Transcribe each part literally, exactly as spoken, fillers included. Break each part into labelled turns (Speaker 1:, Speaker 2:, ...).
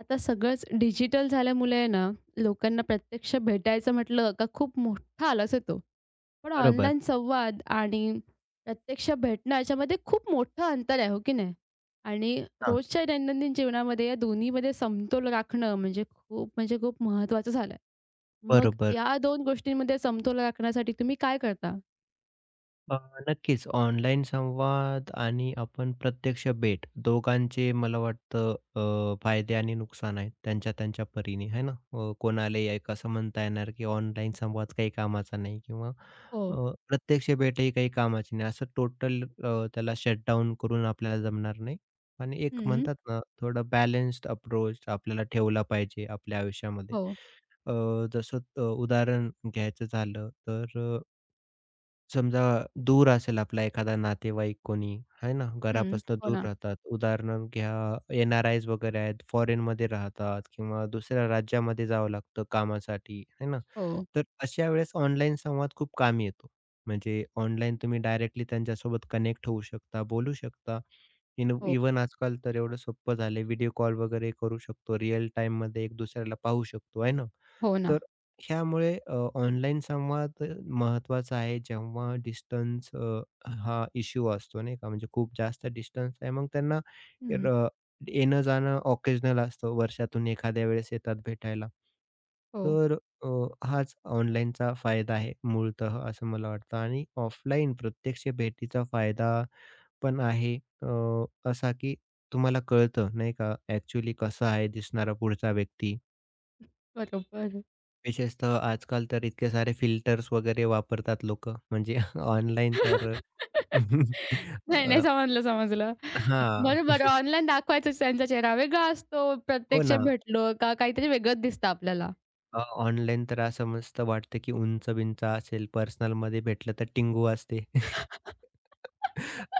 Speaker 1: आता सगळंच डिजिटल झाल्यामुळे आहे ना, लोकांना प्रत्यक्ष भेटायचं म्हटलं का खूप मोठा आलस येतो. पण
Speaker 2: बरोबर.
Speaker 1: ऑनलाईन संवाद आणि प्रत्यक्ष भेटणं याच्यामध्ये खूप मोठं अंतर आहे, हो की नाही? आणि
Speaker 2: हां,
Speaker 1: रोजच्या दैनंदिन जीवनामध्ये या दोन्हीमध्ये समतोल राखणं म्हणजे खूप म्हणजे खूप महत्त्वाचं झालंय. मग
Speaker 2: बरोबर.
Speaker 1: या दोन गोष्टींमध्ये समतोल राखण्यासाठी तुम्ही काय करता?
Speaker 2: अ, नक्कीच ऑनलाईन संवाद आणि आपण प्रत्यक्ष भेट दोघांचे मला वाटतं अ, फायदे आणि नुकसान आहेत त्यांच्या त्यांच्या परीने आहे ना. अ, कोणालाही एक असं म्हणता येणार की ऑनलाईन संवाद काही कामाचा नाही किंवा
Speaker 1: हो.
Speaker 2: अ, प्रत्यक्ष भेटही काही कामाची नाही. असं टोटल अ, त्याला शटडाउन करून आपल्याला जमणार नाही. आणि एक
Speaker 1: हं.
Speaker 2: म्हणतात ना थोडं बॅलन्स्ड अप्रोच आपल्याला ठेवला पाहिजे आपल्या आयुष्यामध्ये.
Speaker 1: हो.
Speaker 2: अ, जसं अ, उदाहरण घ्यायचं झालं तर समजा दूर असेल आपला एखादा नातेवाईक कोणी, आहे ना,
Speaker 1: हं.
Speaker 2: घरापासून
Speaker 1: हो
Speaker 2: दूर
Speaker 1: ना.
Speaker 2: राहतात. उदाहरण घ्या, एन-आर-आयज वगैरे आहेत, फॉरेनमध्ये राहतात किंवा दुसऱ्या राज्यामध्ये जावं लागतं कामासाठी, आहे ना?
Speaker 1: हो,
Speaker 2: तर अशा वेळेस ऑनलाईन संवाद खूप कामी येतो. म्हणजे ऑनलाईन तुम्ही डायरेक्टली त्यांच्यासोबत कनेक्ट होऊ शकता, बोलू शकता. इन
Speaker 1: हो.
Speaker 2: इवन आजकाल तर एवढं सोपं झालंय व्हिडिओ कॉल वगैरे करू शकतो. रिअल टाईममध्ये एक दुसऱ्याला पाहू शकतो, आहे ना?
Speaker 1: हो ना.
Speaker 2: तर ह्यामुळे ऑनलाईन संवाद महत्त्वाचा आहे. जेव्हा डिस्टन्स हा इश्यू असतो नाही का? म्हणजे खूप जास्त डिस्टन्स आहे मग त्यांना
Speaker 1: हं.
Speaker 2: र येणं-जाणं ऑकेजनल असतं. वर्षातून एखाद्या वेळेस येतात भेटायला.
Speaker 1: हो,
Speaker 2: तर अ, हाच ऑनलाईनचा फायदा आहे मूळतः असं मला वाटतं आणि ऑफलाईन प्रत्यक्ष भेटीचा फायदा पण आहे अ, असा की तुम्हाला कळतं नाही का ॲक्च्युअली कसा आहे दिसणारा पुढचा व्यक्ती.
Speaker 1: बरोबर.
Speaker 2: विशेषतः आजकाल तर इतके सारे फिल्टर्स वगैरे वापरतात लोकं म्हणजे ऑनलाईन तर
Speaker 1: नाही, नाही.
Speaker 2: अ,
Speaker 1: समजलं, समजलं.
Speaker 2: हां,
Speaker 1: बरं, बरं. ऑनलाईन दाखवायचाच त्यांचा चेहरा वेगळा असतो.
Speaker 2: हो
Speaker 1: प्रत्यक्ष
Speaker 2: ना.
Speaker 1: भेटलो का काहीतरी वेगळंच दिसतं आपल्याला.
Speaker 2: ऑनलाईन तर असं मस्त वाटतं की उंच-बिंच असेल, पर्सनलमध्ये भेटलं तर टिंगू असते.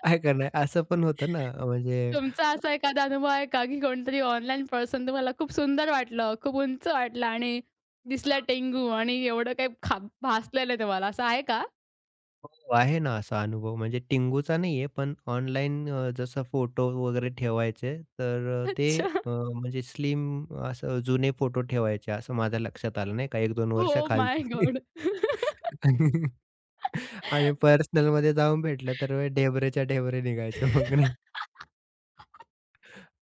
Speaker 2: काय करणार असं पण होतं ना म्हणजे
Speaker 1: तुमचा असा एखादा अनुभव आहे का, की कोणतरी ऑनलाईन पर्सन तुम्हाला खूप सुंदर वाटलं, खूप उंच वाटलं आणि दिसला टेंगू आणि एवढं काही खा भासलं नाही तुम्हाला असं आहे का?
Speaker 2: हो, आहे ना असा अनुभव म्हणजे टिंगूचा नाहीये पण ऑनलाईन अ, जसं फोटो वगैरे ठेवायचे तर अ, ते
Speaker 1: अच्छा.
Speaker 2: अ, म्हणजे स्लिम असं जुने फोटो ठेवायचे असं माझ्या लक्षात आलं नाही का एक दोन
Speaker 1: ओह माय
Speaker 2: वर्षाखालचे.
Speaker 1: गॉड!
Speaker 2: आणि पर्सनलमध्ये जाऊन भेटलं तर वे ढेबरेच्या ढेबरे निघायचे मग नाही.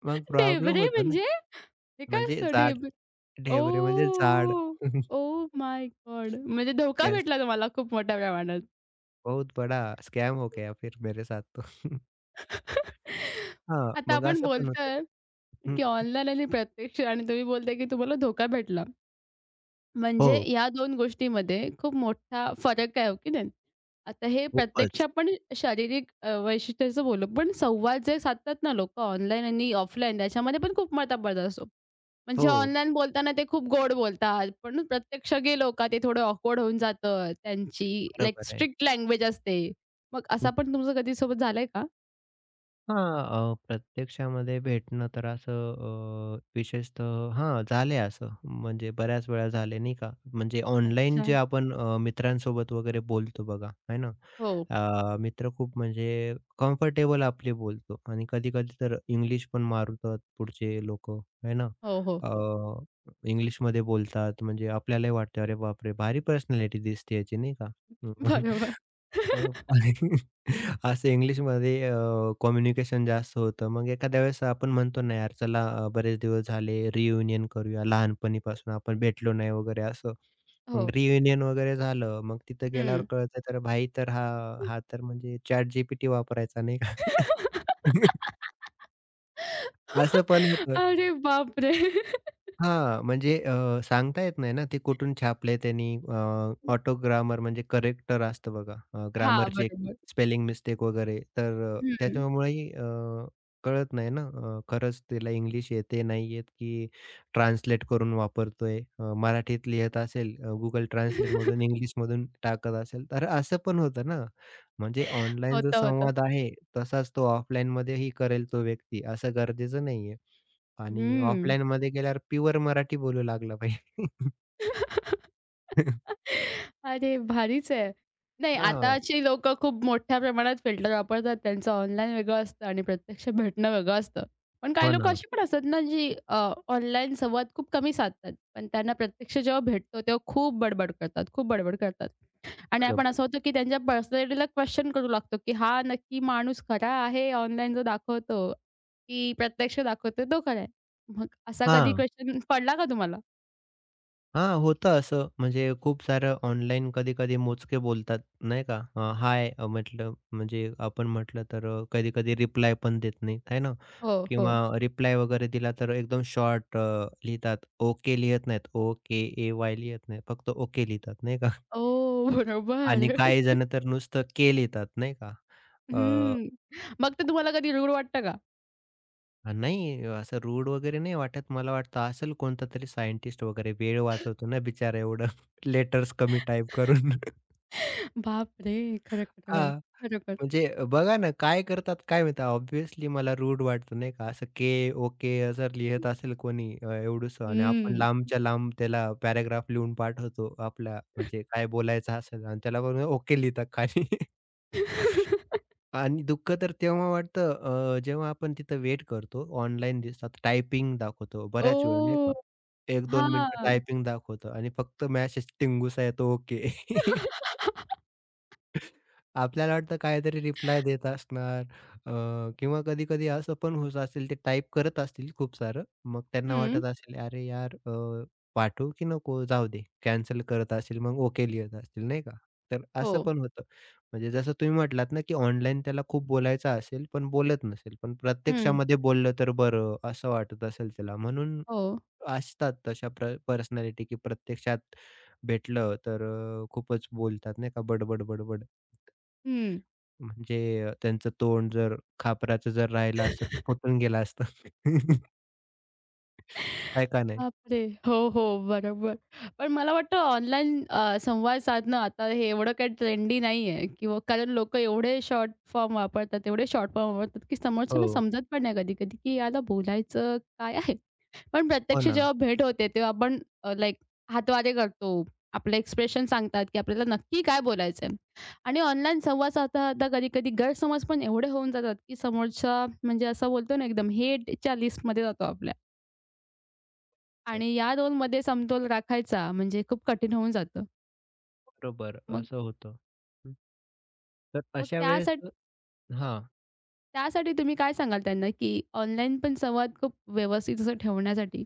Speaker 2: मग प्रॉब्लेम
Speaker 1: ढेबरे
Speaker 2: होतो ना
Speaker 1: म्हणजे? हे काय
Speaker 2: म्हणजे
Speaker 1: असतं
Speaker 2: जाड
Speaker 1: ढेब
Speaker 2: ढेबरे म्हणजे जाड.
Speaker 1: ओह! Oh my god! म्हणजे धोका
Speaker 2: येस.
Speaker 1: भेटला तुम्हाला खूप मोठ्या प्रमाणात.
Speaker 2: बहुत बड़ा स्कैम हो गया फिर मेरे साथ तो. हां,
Speaker 1: आता
Speaker 2: मग
Speaker 1: आपण
Speaker 2: असं पण होतं.
Speaker 1: बोलतोय,
Speaker 2: हं.
Speaker 1: की ऑनलाईन आणि प्रत्यक्ष आणि तुम्ही बोलताय, की तुम्हाला धोका भेटला. म्हणजे
Speaker 2: हो,
Speaker 1: या दोन गोष्टीमध्ये खूप मोठा फरक आहे, हो की नाही? आता हे प्रत्यक्ष
Speaker 2: खूपच.
Speaker 1: आपण शारीरिक अ, वैशिष्ट्याचं बोललो, पण संवाद जे साधतात ना लोकं ऑनलाईन आणि ऑफलाईन त्याच्यामध्ये पण खूप मतभेद असतो. म्हणजे
Speaker 2: हो,
Speaker 1: ऑनलाईन बोलताना ते खूप गोड बोलतात, पण प्रत्यक्ष गेलो का ते थोडं ऑकवर्ड होऊन जातं. त्यांची लाइक
Speaker 2: बरोबर आहे.
Speaker 1: स्ट्रिक्ट लँग्वेज असते. मग असा पण तुमचं कधी सोबत झालंय का?
Speaker 2: हां, अ, प्रत्यक्षामध्ये भेटणं तर असं अ, विशेषतः हां, झाले असं म्हणजे बऱ्याच वेळा झाले नाही का? म्हणजे ऑनलाईन जे
Speaker 1: अच्छा.
Speaker 2: आपण अ, मित्रांसोबत वगैरे बोलतो बघा, आहे ना?
Speaker 1: हो.
Speaker 2: अ, मित्र खूप म्हणजे कम्फर्टेबल आपले बोलतो आणि कधी-कधी तर इंग्लिश पण मारतात पुढचे लोकं, आहे ना?
Speaker 1: हो, हो,
Speaker 2: अ,
Speaker 1: हो.
Speaker 2: इंग्लिशमध्ये बोलतात म्हणजे आपल्यालाही वाटतं, "अरे बापरे! भारी पर्सनॅलिटी दिसते याची," नाही का?
Speaker 1: बरोबर.
Speaker 2: अरे बापरे! असं इंग्लिशमध्ये अ, कम्युनिकेशन जास्त होतं. मग एखाद्या वेळेस आपण म्हणतो ना, यार चला अ, बरेच दिवस झाले रियुनियन करूया. लहानपणीपासून आपण भेटलो नाही वगैरे असं. मग
Speaker 1: हो.
Speaker 2: रियुनियन वगैरे झालं. मग तिथं गेल्यावर
Speaker 1: हं.
Speaker 2: कळतं तर भाई तर हा हा तर म्हणजे ChatGPT वापरायचा नाही का? असं पण होतं.
Speaker 1: अरे बापरे!
Speaker 2: हां, म्हणजे अ, सांगता येत नाही ना, ते कुठून छापलंय त्यांनी. अ, ऑटो ग्रामर म्हणजे करेक्टर असतं बघा. अ,
Speaker 1: हां,
Speaker 2: ग्रामरची एक
Speaker 1: बरोबर.
Speaker 2: स्पेलिंग मिस्टेक वगैरे. तर अ,
Speaker 1: हं.
Speaker 2: त्याच्यामुळेही अ, कळत नाही ना, अ, खरंच त्याला इंग्लिश येते, नाही येत, की ट्रान्सलेट करून वापरतोय. अ, मराठीत लिहत असेल, अ, Google Translateमधून इंग्लिशमधून टाकत असेल, तर असं पण होतं ना. म्हणजे ऑनलाईन जो
Speaker 1: होतं, होतं.
Speaker 2: संवाद आहे, तसाच तो ऑफलाईनमध्येही करेल तो व्यक्ती, असं गरजेचं नाहीये. आणि
Speaker 1: हं.
Speaker 2: ऑफलाईनमध्ये गेल्यावर प्युअर मराठी बोलू लागला पाहिजे.
Speaker 1: अरे भारीच आहे. नाही,
Speaker 2: हां.
Speaker 1: आताची लोकं खूप मोठ्या प्रमाणात फिल्टर वापरतात. त्यांचं ऑनलाईन वेगळं असतं आणि प्रत्यक्ष भेटणं वेगळं असतं. पण काही
Speaker 2: हो ना.
Speaker 1: लोकं अशी पण असतात ना, जी अ, ऑनलाईन संवाद खूप कमी साधतात. पण त्यांना प्रत्यक्ष जेव्हा भेटतो, तेव्हा खूप बडबड करतात, खूप बडबड करतात. आणि आपण
Speaker 2: बरोबर.
Speaker 1: असं होतं, की त्यांच्या पर्सनॅलिटीला क्वेश्चन करू लागतो, की हा नक्की माणूस खरा आहे ऑनलाईन जो दाखवतो, की प्रत्यक्ष दाखवतो तो खरा आहे? मग असा कधी
Speaker 2: हां.
Speaker 1: क्वेश्चन पडला का तुम्हाला?
Speaker 2: हां, होतं असं. म्हणजे खूप सारं ऑनलाईन कधी-कधी मोजके बोलतात, नाही का? अ, हाय अं, म्हटलं म्हणजे आपण म्हटलं तर अ, कधी-कधी रिप्लाय पण देत नाहीत, आहे ना?
Speaker 1: हो,
Speaker 2: किंवा
Speaker 1: हो.
Speaker 2: रिप्लाय वगैरे दिला तर एकदम शॉर्ट लिहितात. ओके लिहत नाहीत. ओके, ए-वाय लिहत नाहीत. फक्त ओके लिहितात, नाही का?
Speaker 1: ओह!
Speaker 2: आणि
Speaker 1: बरोबर.
Speaker 2: काही जण तर नुसतं के लिहितात, नाही का? अ
Speaker 1: हं. मग ते तुम्हाला कधी रूड वाटतं का?
Speaker 2: अ, नाही असं रूड वगैरे नाही वाटत. मला वाटतं असेल कोणता तरी सायंटिस्ट वगैरे वेळ वाचवतो ना बिचारा एवढं लेटर्स कमी टाइप करून.
Speaker 1: बापरे! खरं, खरं, खरं.
Speaker 2: हां,
Speaker 1: खरोखर.
Speaker 2: म्हणजे बघा ना काय करतात काय माहिती ऑब्व्हियसली मला रूड वाटतं नाही का असं के, ओके असं लिहत असेल कोणी अ, एवढंसं आणि आपण
Speaker 1: हं.
Speaker 2: लांबच्या लांब त्याला पॅराग्राफ लिहून पाठवतो आपला म्हणजे काय बोलायचं असेल आणि त्याला ओके लिहितात खाली. आणि दुःख तर तेव्हा वाटतं अ, जेव्हा आपण तिथं वेट करतो. ऑनलाईन दिसतात टायपिंग दाखवतो बऱ्याच वेळ नाही
Speaker 1: ओह!
Speaker 2: का. एक दोन मिनिटं
Speaker 1: हां.
Speaker 2: टायपिंग दाखवतं आणि फक्त मेसेज टिंगूसा येतो ओके. आपल्याला वाटतं काहीतरी रिप्लाय देत असणार अ, किंवा कधी-कधी असं पण होत असेल ते टाइप करत असतील खूप सारं. मग त्यांना
Speaker 1: हं.
Speaker 2: वाटत असेल, "अरे यार अ, पाठवू की नको? जाऊ दे." कॅन्सल करत असतील मग ओके लिहत असतील नाही का? तर
Speaker 1: हो.
Speaker 2: असं पण होतं. म्हणजे जसं तुम्ही म्हटलात ना, की ऑनलाईन त्याला खूप बोलायचं असेल पण बोलत नसेल. पण
Speaker 1: हं.
Speaker 2: प्रत्यक्षामध्ये बोललं तर बरं असं वाटत असेल त्याला. म्हणून
Speaker 1: हो.
Speaker 2: असतात तशा पर्सनॅलिटी की प्रत्यक्षात भेटलं तर अ, खूपच बोलतात नाही का बड-बड, बडबड.
Speaker 1: हं.
Speaker 2: म्हणजे अ, त्यांचं तोंड जर खापराचं जर राहिलं असतं तर फुटून गेलं असतं. आहे का नाही?
Speaker 1: बापरे! हो, हो, बरोबर. पण मला वाटतं ऑनलाईन अ, संवाद साधणं आता हे एवढं काही ट्रेंडी नाहीये किंवा कारण लोकं एवढे शॉर्ट फॉर्म वापरतात, एवढे शॉर्ट फॉर्म वापरतात, की समोरच्याला
Speaker 2: हो,
Speaker 1: समजत पण नाही कधी-कधी, की याला बोलायचं काय आहे? पण
Speaker 2: हो
Speaker 1: प्रत्यक्ष
Speaker 2: ना.
Speaker 1: जेव्हा भेट होते तेव्हा आपण अ, हातवारे करतो. आपलं एक्सप्रेशन सांगतात, की आपल्याला नक्की काय बोलायचं आहे. आणि ऑनलाईन संवाद साधता-साधता कधी-कधी गैरसमज पण एवढे होऊन जातात, की समोरचा म्हणजे असं बोलतो ना एकदम हेटच्या लिस्टमध्ये जातो आपल्या. आणि या 2मध्ये समतोल राखायचा म्हणजे खूप कठीण होऊन जातं.
Speaker 2: बरोबर
Speaker 1: मग
Speaker 2: असं होतं. हं. तर
Speaker 1: मग
Speaker 2: अशा वेळेस
Speaker 1: त्यासाठी
Speaker 2: हां.
Speaker 1: त्यासाठी तुम्ही काय सांगाल त्यांना, की ऑनलाईन पण संवाद खूप व्यवस्थित असं ठेवण्यासाठी?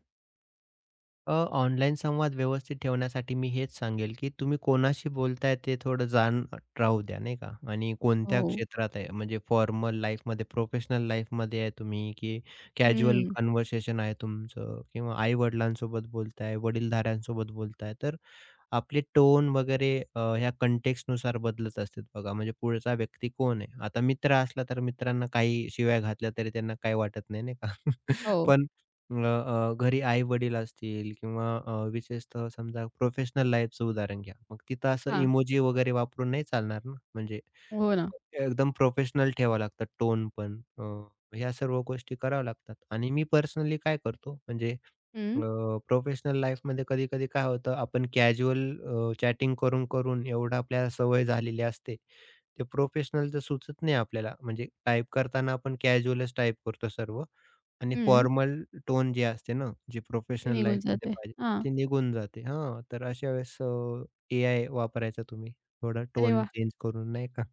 Speaker 2: अ, ऑनलाईन संवाद व्यवस्थित ठेवण्यासाठी मी हेच सांगेल, की तुम्ही कोणाशी बोलताय ते थोडं जाण राहू द्या नाही का आणि कोणत्या
Speaker 1: हो.
Speaker 2: क्षेत्रात आहे म्हणजे फॉर्मल लाईफमध्ये, प्रोफेशनल लाईफमध्ये आहे तुम्ही की कॅज्युअल
Speaker 1: हं.
Speaker 2: कन्व्हर्सेशन आहे तुमचं किंवा आई-वडिलांसोबत बोलताय, वडीलधाऱ्यांसोबत बोलताय तर आपले टोन वगैरे अ, ह्या context नुसार बदलत असतात बघा. म्हणजे पुढचा व्यक्ती कोण आहे? आता मित्र असला तर मित्रांना काही शिव्या घातल्या तरी त्यांना काही वाटत नाही, नाही का?
Speaker 1: हो.
Speaker 2: पण अ, अ, घरी आई-वडील असतील किंवा अ, विशेषतः समजा प्रोफेशनल लाईफचं उदाहरण घ्या. मग तिथं असं
Speaker 1: हां.
Speaker 2: इमोजी वगैरे वापरून नाही चालणार ना. म्हणजे
Speaker 1: हो ना.
Speaker 2: एकदम प्रोफेशनल ठेवावं लागतं टोन पण. अ, ह्या सर्व गोष्टी कराव्या लागतात आणि मी पर्सनली काय करतो म्हणजे अ,
Speaker 1: हं,
Speaker 2: प्रोफेशनल लाईफमध्ये कधी-कधी काय होतं, आपण कॅज्युअल अ, चॅटिंग करून-करून एवढं आपल्याला सवय झालेली असते, ते प्रोफेशनलचं सुचत नाही आपल्याला. म्हणजे टाइप करताना आपण कॅज्युअलच टाइप करतो सर्व आणि
Speaker 1: हं.
Speaker 2: फॉर्मल टोन जी असते ना, जी
Speaker 1: ते
Speaker 2: प्रोफेशनल
Speaker 1: निघून
Speaker 2: लाईफमध्ये
Speaker 1: जाते.
Speaker 2: पाहिजे,
Speaker 1: हां.
Speaker 2: ती निघून जाते. हां, तर अशा वेळेस अ, एआय वापरायचा तुम्ही. थोडा
Speaker 1: अरे
Speaker 2: टोन
Speaker 1: वाह!
Speaker 2: चेंज करून नाही का?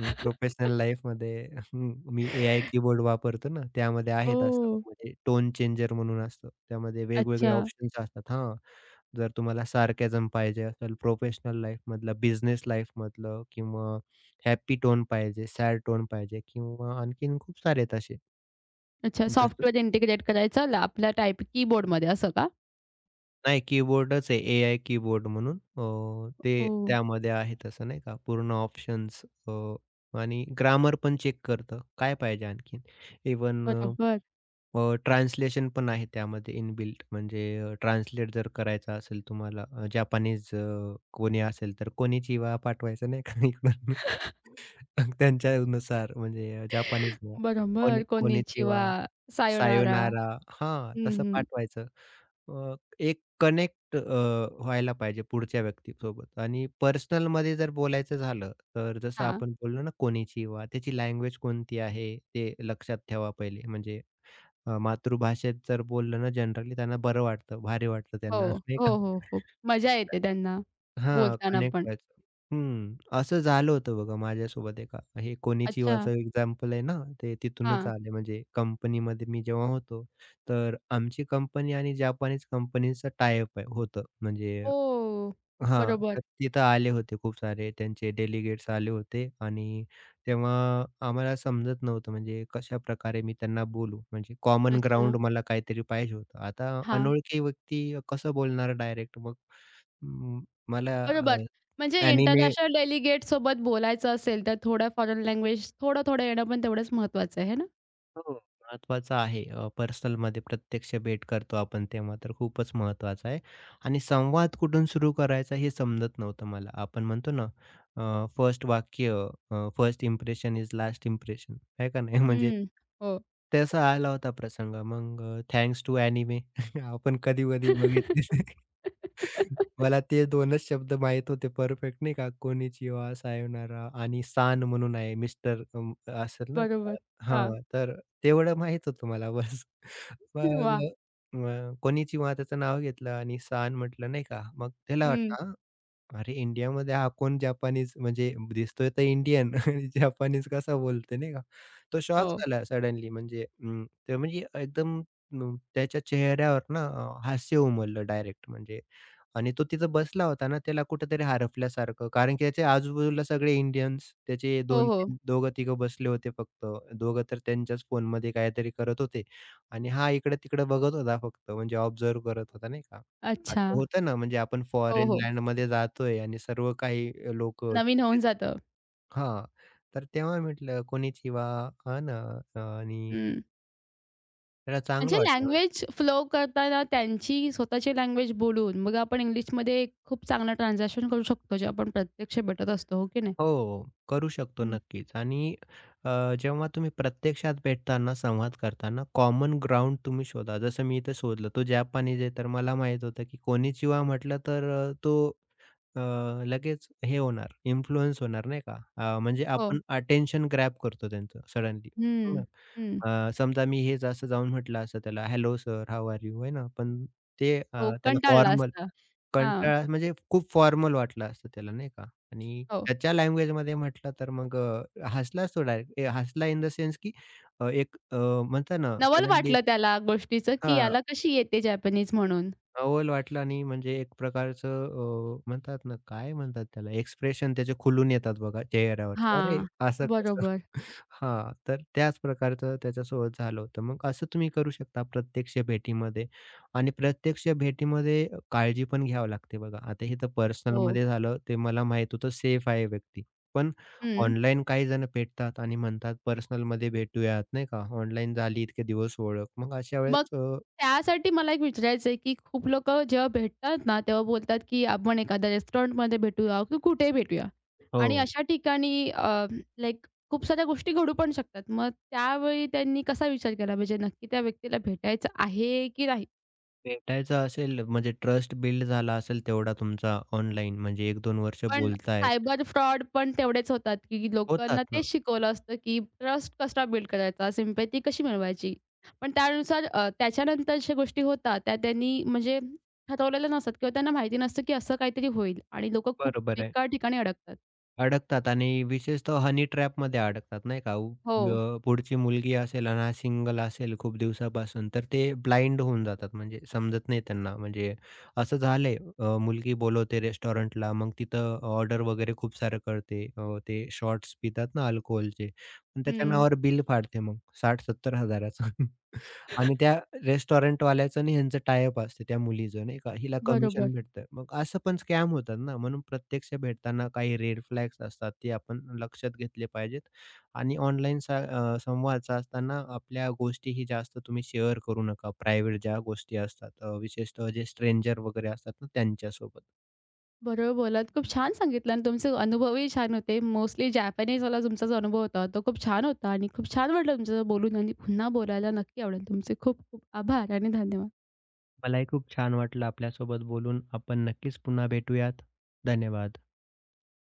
Speaker 2: हं, प्रोफेशनल लाईफमध्ये हं, मी एआय कीबोर्ड वापरतो ना, त्यामध्ये आहेत असं
Speaker 1: ओह!
Speaker 2: म्हणजे टोन चेंजर म्हणून असतं. त्यामध्ये वेगवेगळे
Speaker 1: अच्छा.
Speaker 2: ऑप्शन्स असतात. हां, जर तुम्हाला सार्कॅझम पाहिजे असेल, प्रोफेशनल लाईफमधलं, बिझनेस लाईफमधलं किंवा हॅपी टोन पाहिजे, सॅड टोन पाहिजे किंवा आणखीन खूप सारे आहेत असे.
Speaker 1: अच्छा.
Speaker 2: जसं
Speaker 1: सॉफ्टवेअर इंटिग्रेट करायचं आपल्या टाइप कीबोर्डमध्ये असं का?
Speaker 2: नाही कीबोर्डच आहे एआय कीबोर्ड म्हणून. अ, ते
Speaker 1: ओह!
Speaker 2: त्यामध्ये आहे तसं नाही का पूर्ण ऑप्शन्स आणि ग्रामर पण चेक करतं. काय पाहिजे आणखीन इव्हन
Speaker 1: बरोबर.
Speaker 2: अ, ट्रान्सलेशन पण आहे त्यामध्ये इनबिल्ट म्हणजे अ, ट्रान्सलेट जर करायचं असेल तुम्हाला अ, जपानीज अ, कोणी असेल तर कोनिचिवा पाठवायचं नाही का इकडून. मग त्यांच्यानुसार म्हणजे अ, जपानीज ना
Speaker 1: बरोबर.
Speaker 2: कोनी
Speaker 1: कोनिचिवा,
Speaker 2: कोनिचिवा,
Speaker 1: सायोनारा.
Speaker 2: सायोनारा हां,
Speaker 1: हं,
Speaker 2: तसं
Speaker 1: हं.
Speaker 2: पाठवायचं. अ, एक कनेक्ट व्हायला पाहिजे पुढच्या व्यक्तीसोबत आणि पर्सनलमध्ये जर बोलायचं झालं, तर जसं
Speaker 1: हां.
Speaker 2: आपण बोललो ना कोनिचिवा त्याची लँग्वेज कोणती आहे ते लक्षात ठेवा पहिले म्हणजे अ, मातृभाषेत जर बोललं ना जनरली त्यांना बरं वाटतं, भारी वाटतं
Speaker 1: हो.
Speaker 2: त्यांना नाही
Speaker 1: हो,
Speaker 2: का?
Speaker 1: हो, हो. मजा येते त्यांना
Speaker 2: हां,
Speaker 1: बोलताना
Speaker 2: कनेक्ट
Speaker 1: पण.
Speaker 2: व्हायचं. हं, असं झालं होतं बघा माझ्यासोबत एका हे
Speaker 1: अच्छा.
Speaker 2: कोनिचिवाचं एक्झाम्पल आहे ना, ते तिथूनच
Speaker 1: हां.
Speaker 2: आले म्हणजे कंपनीमध्ये मी जेव्हा होतो, तर आमची कंपनी आणि जपानीज कंपनीचं टाय-अप आहे होतं म्हणजे
Speaker 1: हो.
Speaker 2: हां,
Speaker 1: बरोबर.
Speaker 2: तर तिथं आले होते खूप सारे त्यांचे डेलिगेट्स आले होते आणि तेव्हा आम्हाला समजत नव्हतं म्हणजे कशाप्रकारे मी त्यांना बोलू? म्हणजे कॉमन
Speaker 1: अच्छा.
Speaker 2: ग्राउंड मला काहीतरी पाहिजे होतं. आता
Speaker 1: हां.
Speaker 2: अनोळखी व्यक्ती कसं बोलणार डायरेक्ट मग? मला अ,
Speaker 1: बरोबर. म्हणजे इंटरनॅशनल डेलिगेटसोबत बोलायचं असेल, तर थोडं फॉरेन लँग्वेज थोडं-थोडं येणं पण तेवढंच महत्त्वाचं आहे, है ना?
Speaker 2: हो, महत्त्वाचं आहे. अ, पर्सनलमध्ये प्रत्यक्ष भेट करतो आपण तेव्हा तर खूपच महत्त्वाचं आहे. आणि संवाद कुठून सुरू करायचा हे समजत नव्हतं मला. आपण म्हणतो ना अ, फर्स्ट वाक्य अ, first impression is last impression आहे का नाही? म्हणजे
Speaker 1: हं. हो.
Speaker 2: तसा आला होता प्रसंग. मग थँक्स टू एनिमे आपण कधी-कधी बघितले. मला ते दोनच शब्द माहीत होते परफेक्ट नाही का? कोनिचिवा, सायोनारा आणि सान म्हणून आहे मिस्टर असेल ना
Speaker 1: बरोबर. हां.
Speaker 2: हां, तर तेवढं माहीत होतं मला बस. मग
Speaker 1: वाह!
Speaker 2: अ, मग कोनिचिवा त्याचं नाव घेतलं आणि सान म्हटलं नाही का. मग त्याला हं.
Speaker 1: हं.
Speaker 2: वाटलं, "हा, अरे इंडियामध्ये हा कोण जपानीज म्हणजे दिसतोय तर इंडियन आणि जपानीज कसा बोलतोय नाही का. तो शॉक
Speaker 1: हो.
Speaker 2: झाला सडनली म्हणजे अं, ते म्हणजे एकदम अं, त्याच्या चेहऱ्यावर ना अ, हास्य उमललं डायरेक्ट म्हणजे आणि तो तिथं बसला होता ना, त्याला कुठेतरी हरपल्यासारखं. कारण की त्याच्या आजूबाजूला सगळे इंडियन्स, त्याचे हं.
Speaker 1: हो, हो.
Speaker 2: दोन तीन दोघं-तिघं बसले होते फक्त. दोघं तर त्यांच्याच फोनमध्ये काहीतरी करत होते आणि हा इकडं-तिकडं बघत होता फक्त, म्हणजे ऑब्झर्व्ह करत होता, नाही का.
Speaker 1: अच्छा.
Speaker 2: असं होतं ना, म्हणजे आपण
Speaker 1: हो,
Speaker 2: फॉरेन
Speaker 1: हो.
Speaker 2: लँडमध्ये जातोय आणि सर्व काही लोकं
Speaker 1: नवीन होऊन
Speaker 2: दुसरेच
Speaker 1: जातं.
Speaker 2: हां, तर तेव्हा म्हटलं कोणीच वा हां ना आणि
Speaker 1: हं.
Speaker 2: त्याला
Speaker 1: म्हणजे
Speaker 2: चांगलं वाटलं.
Speaker 1: लँग्वेज फ्लो करताना त्यांची स्वतःची लँग्वेज बोलून मग आपण इंग्लिशमध्ये एक खूप चांगलं ट्रान्झॅक्शन करू शकतो, जे आपण प्रत्यक्ष भेटत असतो, हो की नाही?
Speaker 2: हो, करू शकतो
Speaker 1: हं.
Speaker 2: नक्कीच आणि अ, जेव्हा तुम्ही प्रत्यक्षात भेटताना, संवाद करताना कॉमन ग्राउंड तुम्ही शोधा. जसं मी इथे शोधलं, तो जपानीज आहे तर मला माहीत होतं की कोनिचिवा म्हटलं तर अ, तो अ, लगेच हे होणार, इन्फ्लुअन्स होणार नाही का? अ, म्हणजे
Speaker 1: हो.
Speaker 2: आपण अटेन्शन ग्रॅब करतो त्यांचं सडनली, हो
Speaker 1: हं, हं.
Speaker 2: अ, समजा मी हेच असं जाऊन म्हटलं असतं त्याला, "hello sir, how are you?" आहे ना? पण ते अ,
Speaker 1: तो
Speaker 2: त्याला
Speaker 1: कंटाळला
Speaker 2: फॉर्मल
Speaker 1: असता. हां,
Speaker 2: कंटाळा म्हणजे खूप फॉर्मल वाटलं असतं त्याला नाही का? आणि
Speaker 1: हो.
Speaker 2: त्याच्या लँग्वेजमध्ये म्हटलं तर मग अ, हसलाच तो डायरेक्ट. हसला इन द सेन्स की अ, एक अ, म्हणतात ना
Speaker 1: नवल
Speaker 2: सडनली
Speaker 1: वाटलं त्याला गोष्टीचं, की
Speaker 2: हां.
Speaker 1: याला कशी येते जॅपनीज म्हणून.
Speaker 2: नवल वाटलं आणि म्हणजे एक प्रकारचं अ, म्हणतात ना, काय म्हणतात त्याला एक्सप्रेशन त्याचे खुलून येतात बघा चेहऱ्यावरचे. अरे,
Speaker 1: हां,
Speaker 2: असं कसं?
Speaker 1: बरोबर.
Speaker 2: हां, तर त्याच प्रकारचं त्याच्यासोबत झालं होतं. मग असं तुम्ही करू शकता प्रत्यक्ष भेटीमध्ये आणि प्रत्यक्ष भेटीमध्ये काळजी पण घ्यावी लागते बघा. आता हे तर
Speaker 1: हो.
Speaker 2: पर्सनलमध्ये झालं, ते मला माहीत होतं सेफ आहे व्यक्ती. पण
Speaker 1: हं.
Speaker 2: ऑनलाईन काही जण भेटतात आणि म्हणतात पर्सनलमध्ये भेटूयात, नाही का? ऑनलाईन झाली इतके दिवस ओळख. मग अशा
Speaker 1: मग
Speaker 2: वेळेस अ,
Speaker 1: त्यासाठी मला एक विचारायचं आहे, की खूप लोकं जेव्हा भेटतात ना, तेव्हा बोलतात, की आपण एखाद्या रेस्टॉरंटमध्ये भेटूया की कुठे भेटूया आणि
Speaker 2: हो.
Speaker 1: अशा ठिकाणी अ, लाइक खूप साऱ्या गोष्टी घडू पण शकतात. मग त्यावेळी त्यांनी कसा विचार केला पाहिजे? नक्की त्या व्यक्तीला भेटायचं आहे की नाही?
Speaker 2: भेटायचं असेल म्हणजे ट्रस्ट बिल्ड झाला असेल तेवढा तुमचा ऑनलाईन म्हणजे एक दोन वर्ष
Speaker 1: पण
Speaker 2: बोलताय.
Speaker 1: सायबर फ्रॉड पण तेवढेच होतात, की
Speaker 2: होतात
Speaker 1: लोकांना
Speaker 2: ना.
Speaker 1: तेच शिकवलं असतं, की ट्रस्ट कसा बिल्ड करायचा, सिम्पॅथी कशी मिळवायची. पण त्यानुसार अ, त्याच्यानंतर ज्या गोष्टी होतात त्या त्यांनी म्हणजे ठरवलेल्या नसतात किंवा त्यांना माहिती नसतं, की असं काहीतरी होईल आणि लोकं खूप
Speaker 2: बरोबर आहे.
Speaker 1: बेकार ठिकाणी अडकतात.
Speaker 2: अडकतात आणि विशेषतः हनी ट्रॅपमध्ये अडकतात नाही का? उ-
Speaker 1: हो.
Speaker 2: अ, पुढची मुलगी असेल आणि हा सिंगल असेल खूप दिवसापासून तर ते ब्लाइंड होऊन जातात. म्हणजे समजत नाही त्यांना म्हणजे असं झालंय अ, मुलगी बोलवते रेस्टॉरंटला मग तिथं ऑर्डर वगैरे खूप सारं करते. अ, ते शॉट्स पितात ना अल्कोहलचे पण त्याच्या
Speaker 1: हं.
Speaker 2: नावावर बिल फाडते मग साठ हजार-सत्तर हजार चं. आणि त्या रेस्टॉरंटवाल्याचं आणि ह्यांचं टाय अप असते त्या मुलीचं नाही का, हिला
Speaker 1: बरोबर.
Speaker 2: कमिशन भेटतं. मग असं पण स्कॅम होतात ना, म्हणून प्रत्यक्ष भेटताना काही रेड फ्लॅग्स असतात, ते आपण लक्षात घेतले पाहिजेत. आणि ऑनलाईन सा अ, संवाद साधताना आपल्या गोष्टीही जास्त तुम्ही शेअर करू नका. प्रायव्हेट ज्या गोष्टी असतात, अ, विशेषतः जे स्ट्रेंजर वगैरे असतात ना, त्यांच्यासोबत.
Speaker 1: बरोबर बोललात. खूप छान सांगितलं आणि तुमचे अनुभवही छान होते. मोस्टली जॅपनीजवाला तुमचा जो अनुभव होता, तो खूप छान होता आणि खूप छान वाटलं तुमच्यासोबत बोलून आणि पुन्हा बोलायला नक्की आवडेल. तुमचे खूप खूप आभार आणि धन्यवाद.
Speaker 2: मलाही खूप छान वाटलं आपल्यासोबत बोलून. आपण नक्कीच पुन्हा भेटूयात. धन्यवाद.